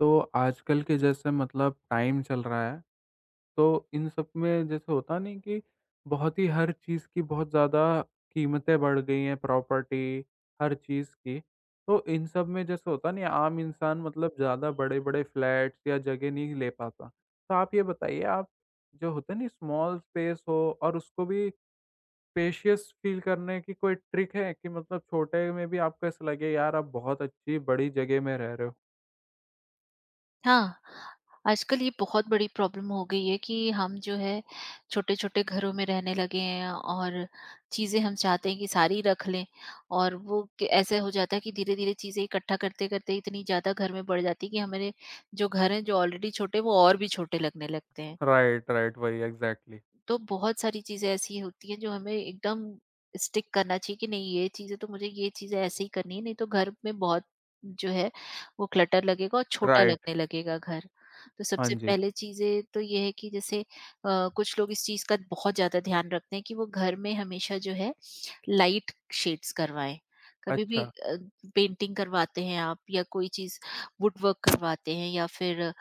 तो आजकल के जैसे मतलब टाइम चल रहा है, तो इन सब में जैसे होता नहीं कि बहुत ही हर चीज़ की बहुत ज़्यादा कीमतें बढ़ गई हैं, प्रॉपर्टी, हर चीज़ की। तो इन सब में जैसे होता नहीं है, आम इंसान मतलब ज़्यादा बड़े-बड़े फ्लैट्स या जगह नहीं ले पाता। तो आप ये बताइए, आप जो होता है नहीं स्मॉल स्पेस हो और उसको भी स्पेशियस फ़ील करने की कोई ट्रिक है कि मतलब छोटे में भी आपको ऐसा लगे, यार आप बहुत अच्छी बड़ी जगह में रह रहे हो? हाँ, आजकल ये बहुत बड़ी प्रॉब्लम हो गई है कि हम जो है छोटे-छोटे घरों में रहने लगे हैं और चीज़ें हम चाहते हैं कि सारी रख लें और वो क ऐसे हो जाता है कि धीरे-धीरे चीज़ें इकट्ठा करते-करते इतनी ज़्यादा घर में बढ़ जाती है कि हमारे जो घर हैं जो ऑलरेडी छोटे वो और भी छोटे लगने लगते हैं। राइट, राइट, वही एग्ज़ैक्टली। तो बहुत सारी चीजें ऐसी होती हैं जो हमें एकदम स्टिक करना चाहिए कि नहीं ये चीजें तो मुझे ये चीजें ऐसे ही करनी है नहीं तो घर में बहुत जो है वो क्लटर लगेगा और छोटा राइट, लगने लगेगा घर। तो हाँ सबसे जी। पहले चीजें तो ये है कि जैसे कुछ लोग इस चीज का बहुत ज्यादा ध्यान रखते हैं कि वो घर में हमेशा जो है लाइट शेड्स करवाएं कभी भी। अच्छा, पेंटिंग करवाते हैं आप या कोई चीज वुड वर्क करवाते हैं या फिर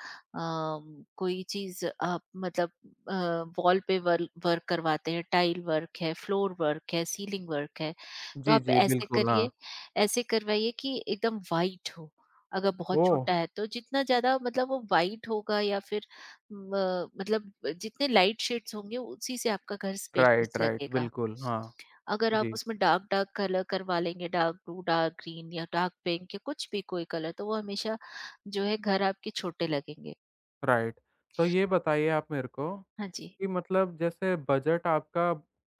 कोई चीज आप मतलब वॉल पे वर्क करवाते हैं, टाइल वर्क है, फ्लोर वर्क है, सीलिंग वर्क है। तो जी, आप जी, ऐसे बिल्कुल, करिए, हाँ। ऐसे करवाइए कि एकदम वाइट हो। अगर बहुत ओह! छोटा है तो जितना ज्यादा मतलब वो वाइट होगा या फिर मतलब जितने लाइट शेड्स होंगे उसी से आपका घर राइट, स्पेशियस राइट, लगेगा। बिल्कुल, हाँ, अगर आप जी, उसमें डार्क डार्क कलर करवा लेंगे, डार्क ब्लू, डार्क ग्रीन या डार्क पिंक या कुछ भी कोई कलर, तो वो हमेशा जो है घर आपके छोटे लगेंगे। राइट। तो ये बताइए आप मेरे को हाँ जी। कि मतलब जैसे बजट आपका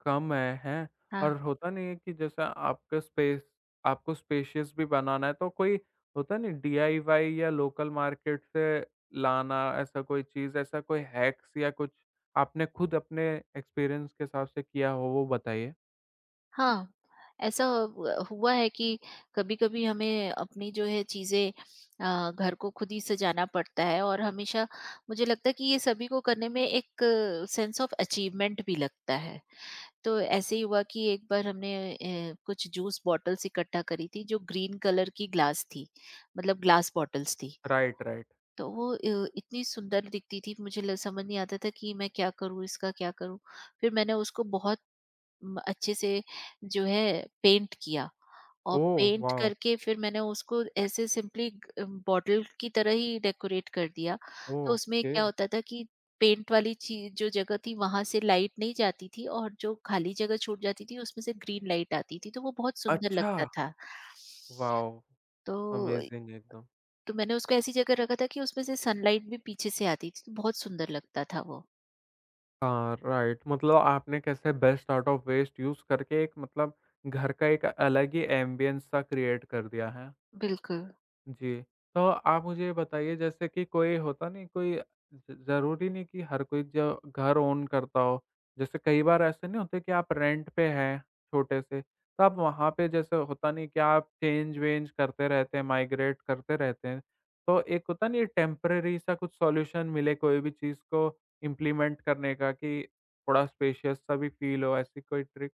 कम है, हैं? हाँ। और होता नहीं है कि जैसे आपका स्पेस आपको स्पेशियस भी बनाना है, तो कोई होता नहीं डीआईवाई या लोकल मार्केट से लाना, ऐसा कोई चीज़, ऐसा कोई हैक्स या कुछ आपने खुद अपने एक्सपीरियंस के हिसाब से किया हो, वो बताइए? हाँ, ऐसा हुआ हुआ है कि कभी कभी हमें अपनी जो है चीजें, घर को खुद ही सजाना पड़ता है और हमेशा मुझे लगता है कि ये सभी को करने में एक सेंस ऑफ अचीवमेंट भी लगता है। तो ऐसे ही हुआ कि एक बार हमने कुछ जूस बॉटल्स इकट्ठा करी थी जो ग्रीन कलर की ग्लास थी, मतलब ग्लास बॉटल्स थी। Right, right. तो वो इतनी सुंदर दिखती थी, मुझे समझ नहीं आता था कि मैं क्या करूँ, इसका क्या करूँ। फिर मैंने उसको बहुत अच्छे से जो है पेंट किया और ओह, पेंट वाओ! करके फिर मैंने उसको ऐसे सिंपली बॉटल की तरह ही डेकोरेट कर दिया। तो उसमें ओके। क्या होता था कि पेंट वाली चीज जो जगह थी वहां से लाइट नहीं जाती थी और जो खाली जगह छूट जाती थी उसमें से ग्रीन लाइट आती थी, तो वो बहुत सुंदर अच्छा! लगता था। वॉव! तो अमेज़िंग एकदम। तो मैंने उसको ऐसी जगह रखा था कि उसमें से सनलाइट भी पीछे से आती थी तो बहुत सुंदर लगता था वो। हाँ, राइट मतलब आपने कैसे best out of waste use करके एक मतलब घर का एक अलग ही एम्बियंस सा क्रिएट कर दिया है। बिल्कुल। जी, तो आप मुझे ये बताइए जैसे कि कोई होता नहीं कोई ज ज़रूरी नहीं कि हर कोई जो घर ओन करता हो। जैसे कई बार ऐसे नहीं होते कि आप रेंट पे हैं छोटे से, तो आप वहाँ पे जैसे होता नहीं कि आप चेंज-वेंज करते रहते हैं, माइग्रेट करते रहते हैं। तो एक होता नहीं टेम्परेरी सा कुछ सॉल्यूशन मिले कोई भी चीज़ को इम्प्लीमेंट करने का कि थोड़ा स्पेशियस सा भी फ़ील हो, ऐसी कोई ट्रिक?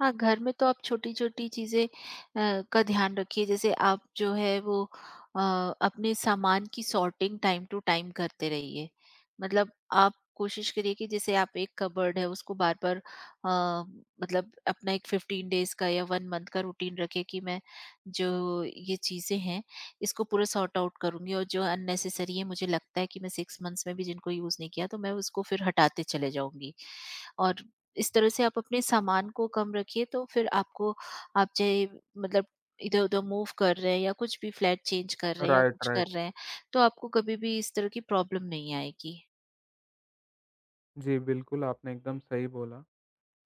हाँ, घर में तो आप छोटी-छोटी चीज़ें का ध्यान रखिए। जैसे आप जो है वो अ, अपने सामान की सॉर्टिंग टाइम टू टाइम करते रहिए। मतलब आप कोशिश करिए कि जैसे आप एक कबर्ड है उसको बार-बार मतलब अपना एक 15 डेज़ का या 1 मंथ का रूटीन रखें कि मैं जो ये चीज़ें हैं इसको पूरा सॉर्ट आउट करूँगी और जो अननेसेसरी है मुझे लगता है कि मैं 6 मंथ्स में भी जिनको यूज़ नहीं किया तो मैं उसको फिर हटाते चले जाऊँगी। और इस तरह से आप अपने सामान को कम रखिए, तो फिर आपको आप चाहे मतलब इधर-उधर मूव कर रहे हैं या कुछ भी फ्लैट चेंज कर रहे हैं या राइट, कुछ कर राइट। रहे हैं, तो आपको कभी भी इस तरह की प्रॉब्लम नहीं आएगी। जी, बिल्कुल आपने एकदम सही बोला।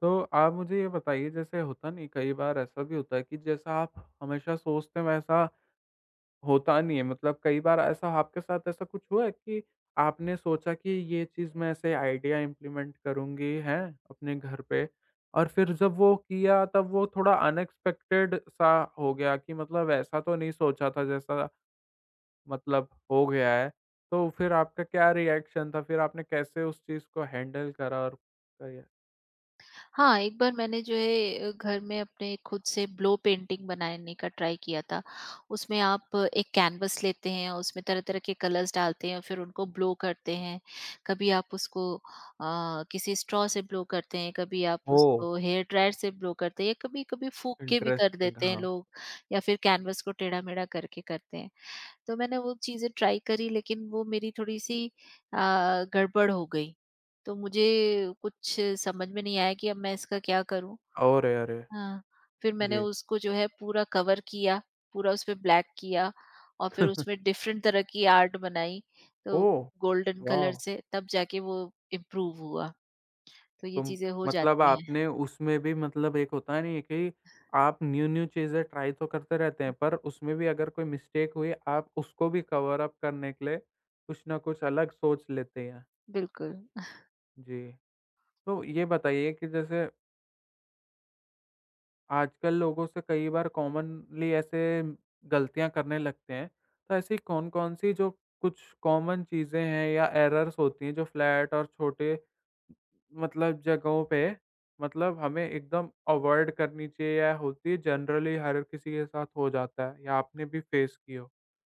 तो आप मुझे ये बताइए जैसे होता नहीं कई बार ऐसा भी होता है कि जैसा आप हमेशा सोचते हैं वैसा होता नहीं है मतलब कई बार ऐसा आपके साथ ऐसा कुछ हुआ है कि आपने सोचा कि ये चीज़ मैं ऐसे आइडिया इम्प्लीमेंट करूँगी हैं अपने घर पे और फिर जब वो किया तब वो थोड़ा अनएक्सपेक्टेड सा हो गया कि मतलब ऐसा तो नहीं सोचा था जैसा मतलब हो गया है तो फिर आपका क्या रिएक्शन था फिर आपने कैसे उस चीज़ को हैंडल करा और किया? हाँ, एक बार मैंने जो है घर में अपने खुद से ब्लो पेंटिंग बनाने का ट्राई किया था। उसमें आप एक कैनवस लेते हैं और उसमें तरह-तरह के कलर्स डालते हैं और फिर उनको ब्लो करते हैं। कभी आप उसको किसी स्ट्रॉ से ब्लो करते हैं, कभी आप ओह उसको हेयर ड्रायर से ब्लो करते हैं या कभी-कभी फूँक के भी कर इंटरेस्टिंग देते हैं लोग, या फिर कैनवस को टेढ़ा-मेढ़ा करके करते हैं। तो मैंने वो चीज़ें ट्राई करी लेकिन वो मेरी थोड़ी-सी अ, गड़बड़ हो गई। तो मुझे कुछ समझ में नहीं आया कि अब मैं इसका क्या करूँ? अरे, अरे! हाँ, फिर मैंने जी। उसको जो है पूरा कवर किया, पूरा उसपे ब्लैक किया और फिर उसमें डिफ़रेंट तरह की आर्ट बनाई, तो ओह! गोल्डन कलर वाह! से तब जाके वो इम्प्रूव हुआ। तो ये तो चीज़ें हो मतलब जाती हैं। आपने उसमें भी मतलब एक होता नहीं है नहीं कि आप न्यू-न्यू चीज़ें ट्राई तो करते रहते हैं, पर उसमें भी अगर कोई मिस्टेक हुई, आप उसको भी कवर अप करने के लिए कुछ न कुछ अलग सोच लेते हैं। बिल्कुल। जी। तो ये बताइए कि जैसे आजकल लोगों से कई बार कॉमनली ऐसे गलतियाँ करने लगते हैं, तो ऐसी कौन-कौन सी जो कुछ कॉमन चीज़ें हैं या एरर्स होती हैं, जो फ्लैट और छोटे मतलब जगहों पे मतलब हमें एकदम अवॉइड करनी चाहिए या होती है जनरली हर किसी के साथ हो जाता है या आपने भी फेस की हो।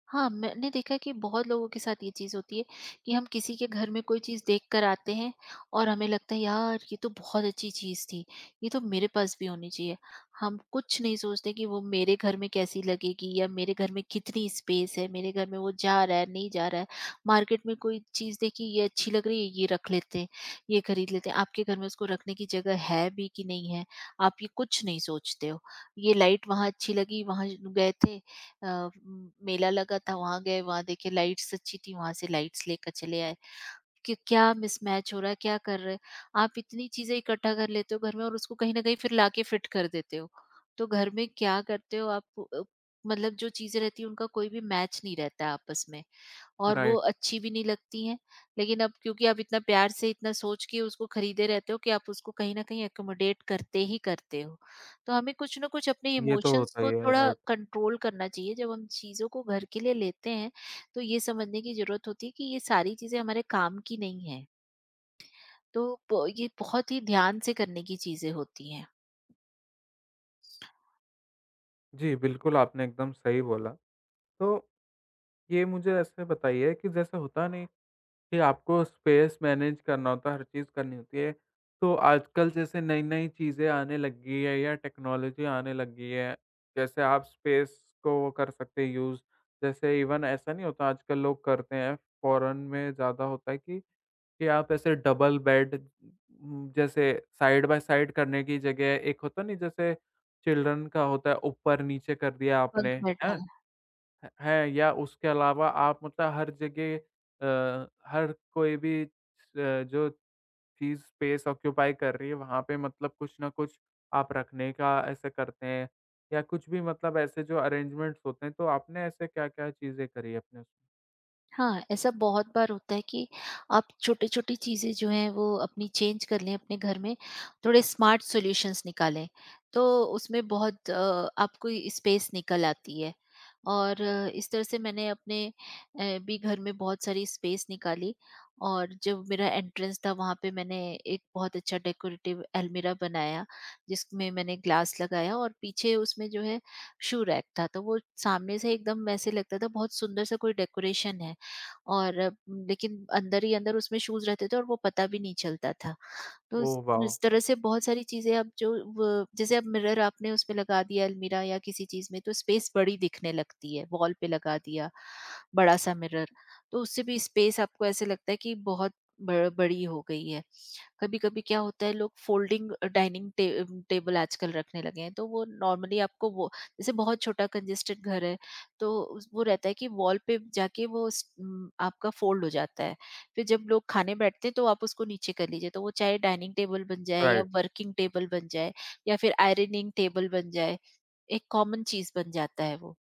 हाँ, मैंने देखा है कि बहुत लोगों के साथ ये चीज़ होती है कि हम किसी के घर में कोई चीज़ देख कर आते हैं और हमें लगता है, यार ये तो बहुत अच्छी चीज़ थी, ये तो मेरे पास भी होनी चाहिए। हम कुछ नहीं सोचते कि वो मेरे घर में कैसी लगेगी या मेरे घर में कितनी स्पेस है, मेरे घर में वो जा रहा है, नहीं जा रहा है। मार्केट में कोई चीज़ देखी, ये अच्छी लग रही है, ये रख लेते हैं, ये खरीद लेते हैं। आपके घर में उसको रखने की जगह है भी कि नहीं है, आप ये कुछ नहीं सोचते हो। ये लाइट वहाँ अच्छी लगी, वहाँ गए थे, अ, मेला लगा था, वहां गए, वहां देखे, लाइट्स अच्छी थी, वहां से लाइट्स लेकर चले आए कि क्या मिसमैच हो रहा है, क्या कर रहे हैं। आप इतनी चीजें इकट्ठा कर लेते हो घर में और उसको कहीं ना कहीं फिर लाके फिट कर देते हो, तो घर में क्या करते हो आप अ, मतलब जो चीजें रहती है उनका कोई भी मैच नहीं रहता है आपस में और वो राइट, अच्छी भी नहीं लगती हैं। लेकिन अब क्योंकि आप इतना प्यार से इतना सोच के उसको खरीदे रहते हो कि आप उसको कहीं न कहीं एक्कोमोडेट करते ही करते हो। तो हमें कुछ न कुछ अपने ये तो इमोशंस होता ही को है, थोड़ा राइट। कंट्रोल करना चाहिए जब हम चीज़ों को घर के लिए लेते हैं। तो ये समझने की ज़रूरत होती है कि ये सारी चीज़ें हमारे काम की नहीं है। तो प ये बहुत ही ध्यान से करने की चीज़ें होती हैं। जी, बिल्कुल आपने एकदम सही बोला। तो ये मुझे ऐसे बताइए कि जैसे होता नहीं कि आपको स्पेस मैनेज करना होता है, हर चीज़ करनी होती है। तो आजकल जैसे नई-नई चीज़ें आने लगी है या टेक्नोलॉजी आने लगी है, जैसे आप स्पेस को वो कर सकते हैं यूज़, जैसे इवन ऐसा नहीं होता आजकल लोग करते हैं, फ़ॉरेन में ज़्यादा होता है कि आप ऐसे डबल बेड जैसे साइड बाय साइड करने की जगह एक होता नहीं जैसे चिल्ड्रन का होता है, ऊपर-नीचे कर दिया आपने, बंक हैं? बैठा। ह है या उसके अलावा आप मतलब हर जगह हर कोई भी जो चीज़ स्पेस ऑक्यूपाई कर रही है, वहाँ पे मतलब कुछ न कुछ आप रखने का ऐसे करते हैं या कुछ भी मतलब ऐसे जो अरेंजमेंट्स होते हैं, तो आपने ऐसे क्या-क्या चीज़ें करी अपने उसमें? हाँ, ऐसा बहुत बार होता है कि आप छोटी-छोटी चीज़ें जो हैं वो अपनी चेंज कर लें अपने घर में, थोड़े स्मार्ट सॉल्यूशंस निकालें, तो उसमें बहुत आपको स्पेस निकल आती है। और इस तरह से मैंने अपने भी घर में बहुत सारी स्पेस निकाली। और जब मेरा एंट्रेंस था वहाँ पे मैंने एक बहुत अच्छा डेकोरेटिव अलमीरा बनाया, जिसमें मैंने ग्लास लगाया और पीछे उसमें जो है शू रैक था, तो वो सामने से एकदम ऐसे लगता था बहुत सुंदर-सा कोई डेकोरेशन है। और लेकिन अंदर ही अंदर उसमें शूज़ रहते थे और वो पता भी नहीं चलता था। तो इस ओह वाह! इस तरह से बहुत सारी चीज़ें अब जो व जैसे अब मिरर आपने उसमें लगा दिया अलमीरा या किसी चीज़ में तो स्पेस बड़ी दिखने लगती है, वॉल पे लगा दिया बड़ा-सा मिरर, तो उससे भी स्पेस आपको ऐसे लगता है कि बहुत ब बड़ी हो गई है। कभी-कभी क्या होता है लोग फ़ोल्डिंग डाइनिंग टे टेबल आजकल रखने लगे हैं, तो वो नॉर्मली आपको वो जैसे बहुत छोटा कंजेस्टेड घर है तो उस वो रहता है कि वॉल पे जाके वो आपका फ़ोल्ड हो जाता है। फिर जब लोग खाने बैठते हैं तो आप उसको नीचे कर लीजिए, तो वो चाहे डाइनिंग टेबल बन जाए या राइट। वर्किंग टेबल बन जाए या फिर आयरनिंग टेबल बन जाए, एक कॉमन चीज़ बन जाता है वो।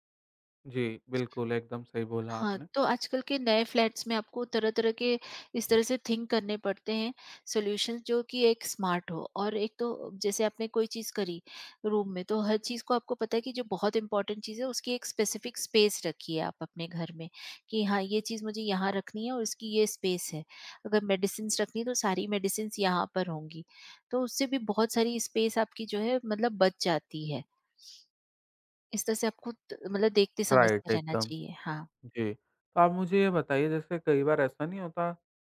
जी, बिल्कुल, एकदम सही बोला हाँ, आपने। तो आजकल के नए फ्लैट्स में आपको तरह-तरह के इस तरह से थिंक करने पड़ते हैं सॉल्यूशंस जो कि एक स्मार्ट हो। और एक तो जैसे आपने कोई चीज़ करी रूम में, तो हर चीज़ को आपको पता है कि जो बहुत इंपॉर्टेंट चीज़ है उसकी एक स्पेसिफिक स्पेस रखी है आप अपने घर में कि हाँ, ये चीज़ मुझे यहाँ रखनी है और इसकी ये स्पेस है। अगर मेडिसिन्स रखनी है तो सारी मेडिसिन्स यहाँ पर होंगी। तो उससे भी बहुत सारी स्पेस आपकी जो है मतलब बच जाती है। इस तरह से आपको त मतलब देखते समझते राइट, रहना एकदम। चाहिए। हाँ। जी। तो आप मुझे ये बताइए जैसे कई बार ऐसा नहीं होता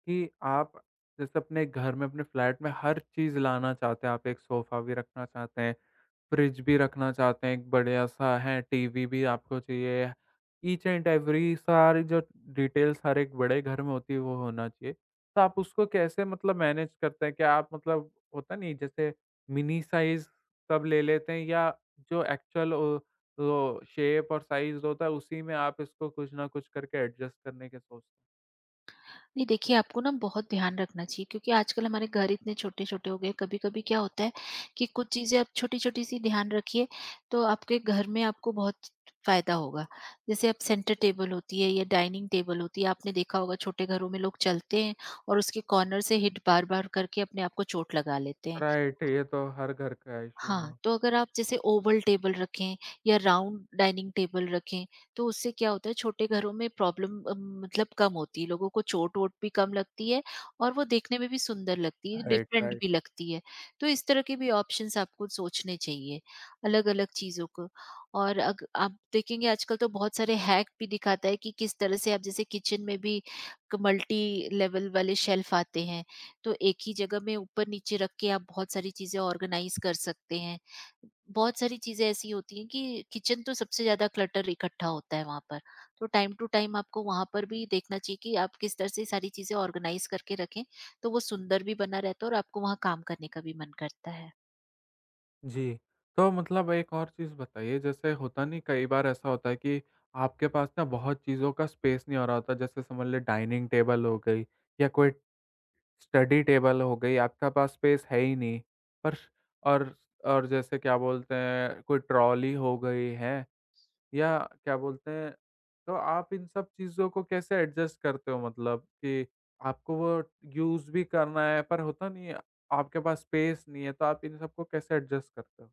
कि आप जैसे अपने घर में अपने फ्लैट में हर चीज़ लाना चाहते हैं, आप एक सोफ़ा भी रखना चाहते हैं, फ्रिज भी रखना चाहते हैं, एक बढ़िया-सा है, टीवी भी आपको चाहिए। ईच एंड एवरी सारी जो डिटेल्स हर एक बड़े घर में होती है, वो होना चाहिए। तो आप उसको कैसे मतलब मैनेज करते हैं? क्या आप मतलब होता नहीं जैसे मिनी साइज़ सब ले लेते हैं या जो एक्चुअल ओ वो शेप और साइज़ होता है, उसी में आप इसको कुछ न कुछ करके एडजस्ट करने के सोचते नहीं देखिए, आपको ना बहुत ध्यान रखना चाहिए क्योंकि आजकल हमारे घर इतने छोटे-छोटे हो गए, कभी-कभी क्या होता है कि कुछ चीज़ें आप छोटी-छोटी सी ध्यान रखिए, तो आपके घर में आपको बहुत फ़ायदा होगा। जैसे अब सेंटर टेबल होती है या डाइनिंग टेबल होती है, आपने देखा होगा छोटे घरों में लोग चलते हैं और उसके कॉर्नर से हिट बार-बार करके अपने आप को चोट लगा लेते हैं? हैं। राइट, ये तो हर घर का इश्यू, हाँ, हाँ। तो अगर आप जैसे ओवल टेबल रखें या राउंड डाइनिंग टेबल रखें, तो उससे क्या होता है छोटे घरों में प्रॉब्लम मतलब कम होती है, लोगों को चोट-वोट भी कम लगती है और वो देखने में भी सुंदर लगती है, राइट, डिफरेंट भी राइट। लगती है। तो इस तरह के भी ऑप्शंस आपको सोचने चाहिए, अलग-अलग चीज़ों को। और अग आप देखेंगे आजकल तो बहुत सारे हैक भी दिखाता है कि किस तरह से आप जैसे किचन में भी क मल्टी लेवल वाले शेल्फ आते हैं। तो एक ही जगह में ऊपर-नीचे रख के आप बहुत सारी चीज़ें ऑर्गेनाइज़ कर सकते हैं। बहुत सारी चीज़ें ऐसी होती हैं कि किचन तो सबसे ज़्यादा क्लटर इकट्ठा होता है वहाँ पर। तो टाइम टू टाइम आपको वहाँ पर भी देखना चाहिए कि आप किस तरह से सारी चीज़ें ऑर्गेनाइज़ करके रखें, तो वो सुंदर भी बना रहता है और आपको वहाँ काम करने का भी मन करता है। जी। तो मतलब एक और चीज़ बताइए जैसे होता नहीं कई बार ऐसा होता है कि आपके पास ना बहुत चीज़ों का स्पेस नहीं हो रहा होता जैसे समझ लें डाइनिंग टेबल हो गई या कोई स्टडी टेबल हो गई आपके पास स्पेस है ही नहीं। पर और और जैसे क्या बोलते हैं कोई ट्रॉली हो गई है या क्या बोलते हैं तो आप इन सब चीज़ों को कैसे एडजस्ट करते हो मतलब कि आपको वो यूज़ भी करना है पर होता नहीं है आपके पास स्पेस नहीं है तो आप इन सबको कैसे एडजस्ट करते हो?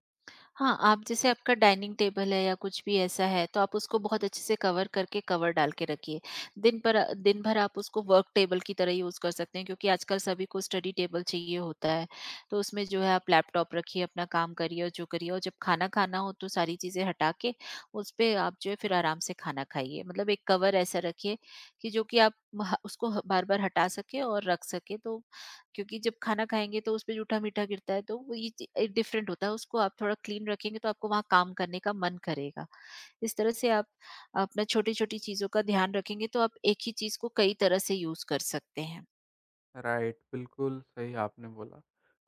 हाँ, आप जैसे आपका डाइनिंग टेबल है या कुछ भी ऐसा है तो आप उसको बहुत अच्छे से कवर करके, कवर डाल के रखिए। दिन पर दिन भर आप उसको वर्क टेबल की तरह यूज़ कर सकते हैं क्योंकि आजकल सभी को स्टडी टेबल चाहिए होता है। तो उसमें जो है आप लैपटॉप रखिए, अपना काम करिए और जो करिए, और जब खाना खाना हो तो सारी चीज़ें हटा के उस पे आप जो है फिर आराम से खाना खाइए। मतलब एक कवर ऐसा रखिए कि जो कि आप ह उसको बार-बार हटा सकें और रख सकें, तो क्योंकि जब खाना खाएँगे तो उसपे जूठा-मीठा गिरता है तो वो ये चि एक डिफरेंट होता है, उसको आप थोड़ा क्लीन रखेंगे तो आपको वहाँ काम करने का मन करेगा। इस तरह से आप अपना छोटी-छोटी चीज़ों का ध्यान रखेंगे तो आप एक ही चीज़ को कई तरह से यूज़ कर सकते हैं। राइट, बिल्कुल सही आपने बोला।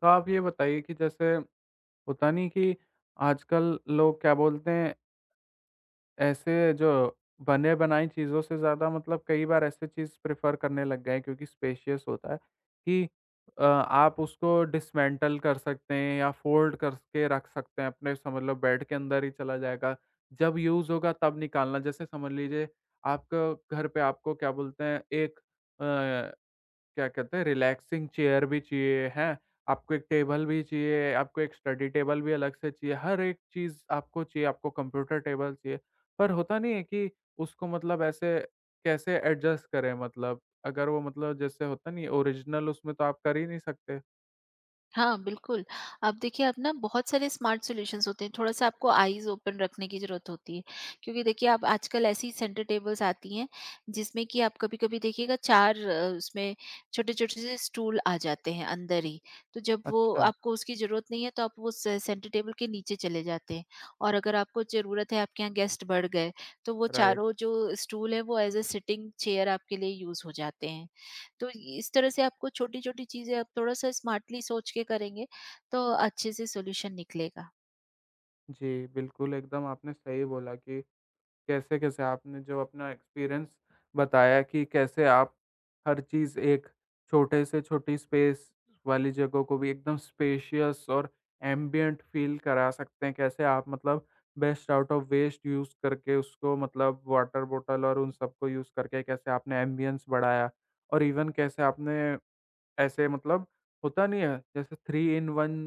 तो आप ये बताइए कि जैसे होता नहीं कि आजकल लोग क्या बोलते हैं, ऐसे जो बने-बनाई चीज़ों से ज़्यादा मतलब कई बार ऐसे चीज़ प्रेफ़र करने लग गए हैं क्योंकि स्पेशियस होता है कि आप उसको डिसमेंटल कर सकते हैं या फ़ोल्ड करके रख सकते हैं अपने समझ लो बेड के अंदर ही चला जाएगा। जब यूज़ होगा तब निकालना। जैसे समझ लीजिए आपका घर पे आपको क्या बोलते हैं एक अ क्या कहते हैं रिलैक्सिंग चेयर भी चाहिए, हैं? आपको एक टेबल भी चाहिए, आपको एक स्टडी टेबल भी अलग से चाहिए, हर एक चीज़ आपको चाहिए, आपको कंप्यूटर टेबल चाहिए। पर होता नहीं है कि उसको मतलब ऐसे कैसे एडजस्ट करें मतलब? अगर वो मतलब जैसे होता नहीं है ओरिजिनल उसमें तो आप कर ही नहीं सकते। हाँ, बिल्कुल। अब देखिए, अब ना बहुत सारे स्मार्ट सॉल्यूशंस होते हैं, थोड़ा-सा आपको आईज़ ओपन रखने की ज़रूरत होती है। क्योंकि देखिए अब आजकल ऐसी सेंटर टेबल्स आती हैं, जिसमें कि आप कभी-कभी देखिएगा 4 उसमें छोटे-छोटे से स्टूल आ जाते हैं अंदर ही। तो जब वो अच्छा, आपको उसकी ज़रूरत नहीं है, तो आप वो से सेंटर टेबल के नीचे चले जाते हैं। और अगर आपको ज़रूरत है, आपके यहाँ गेस्ट बढ़ गए, तो वो राइट। चारों जो स्टूल हैं, वो एज़ अ सिटिंग चेयर आपके लिए यूज़ हो जाते हैं। तो इस तरह से आपको छोटी छोटी चीजें आप थोड़ा सा स्मार्टली सोच के करेंगे तो अच्छे से सॉल्यूशन निकलेगा। जी, बिल्कुल एकदम आपने सही बोला कि कैसे-कैसे आपने जो अपना एक्सपीरियंस बताया कि कैसे आप हर चीज़ एक छोटे से छोटी स्पेस वाली जगह को भी एकदम स्पेशियस और एम्बिएंट फ़ील करा सकते हैं। कैसे आप मतलब best out of waste use करके उसको मतलब वाटर बॉटल और उन सबको यूज़ करके कैसे आपने एम्बिएंस बढ़ाया और इवन कैसे आपने ऐसे मतलब होता नहीं है जैसे थ्री इन वन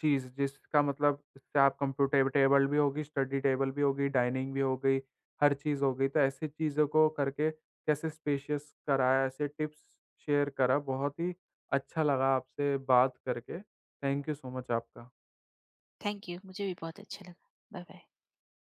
चीज़ जिसका मतलब इससे आप कंप्यूटर टेबल भी होगी, स्टडी टेबल भी होगी, डाइनिंग भी हो गई, हर चीज़ हो गई। तो ऐसी चीज़ों को करके कैसे स्पेशियस कराया, ऐसे टिप्स शेयर करा। बहुत ही अच्छा लगा आपसे बात करके। थैंक यू सो मच आपका। थैंक यू, मुझे भी बहुत अच्छा लगा। Bye bye.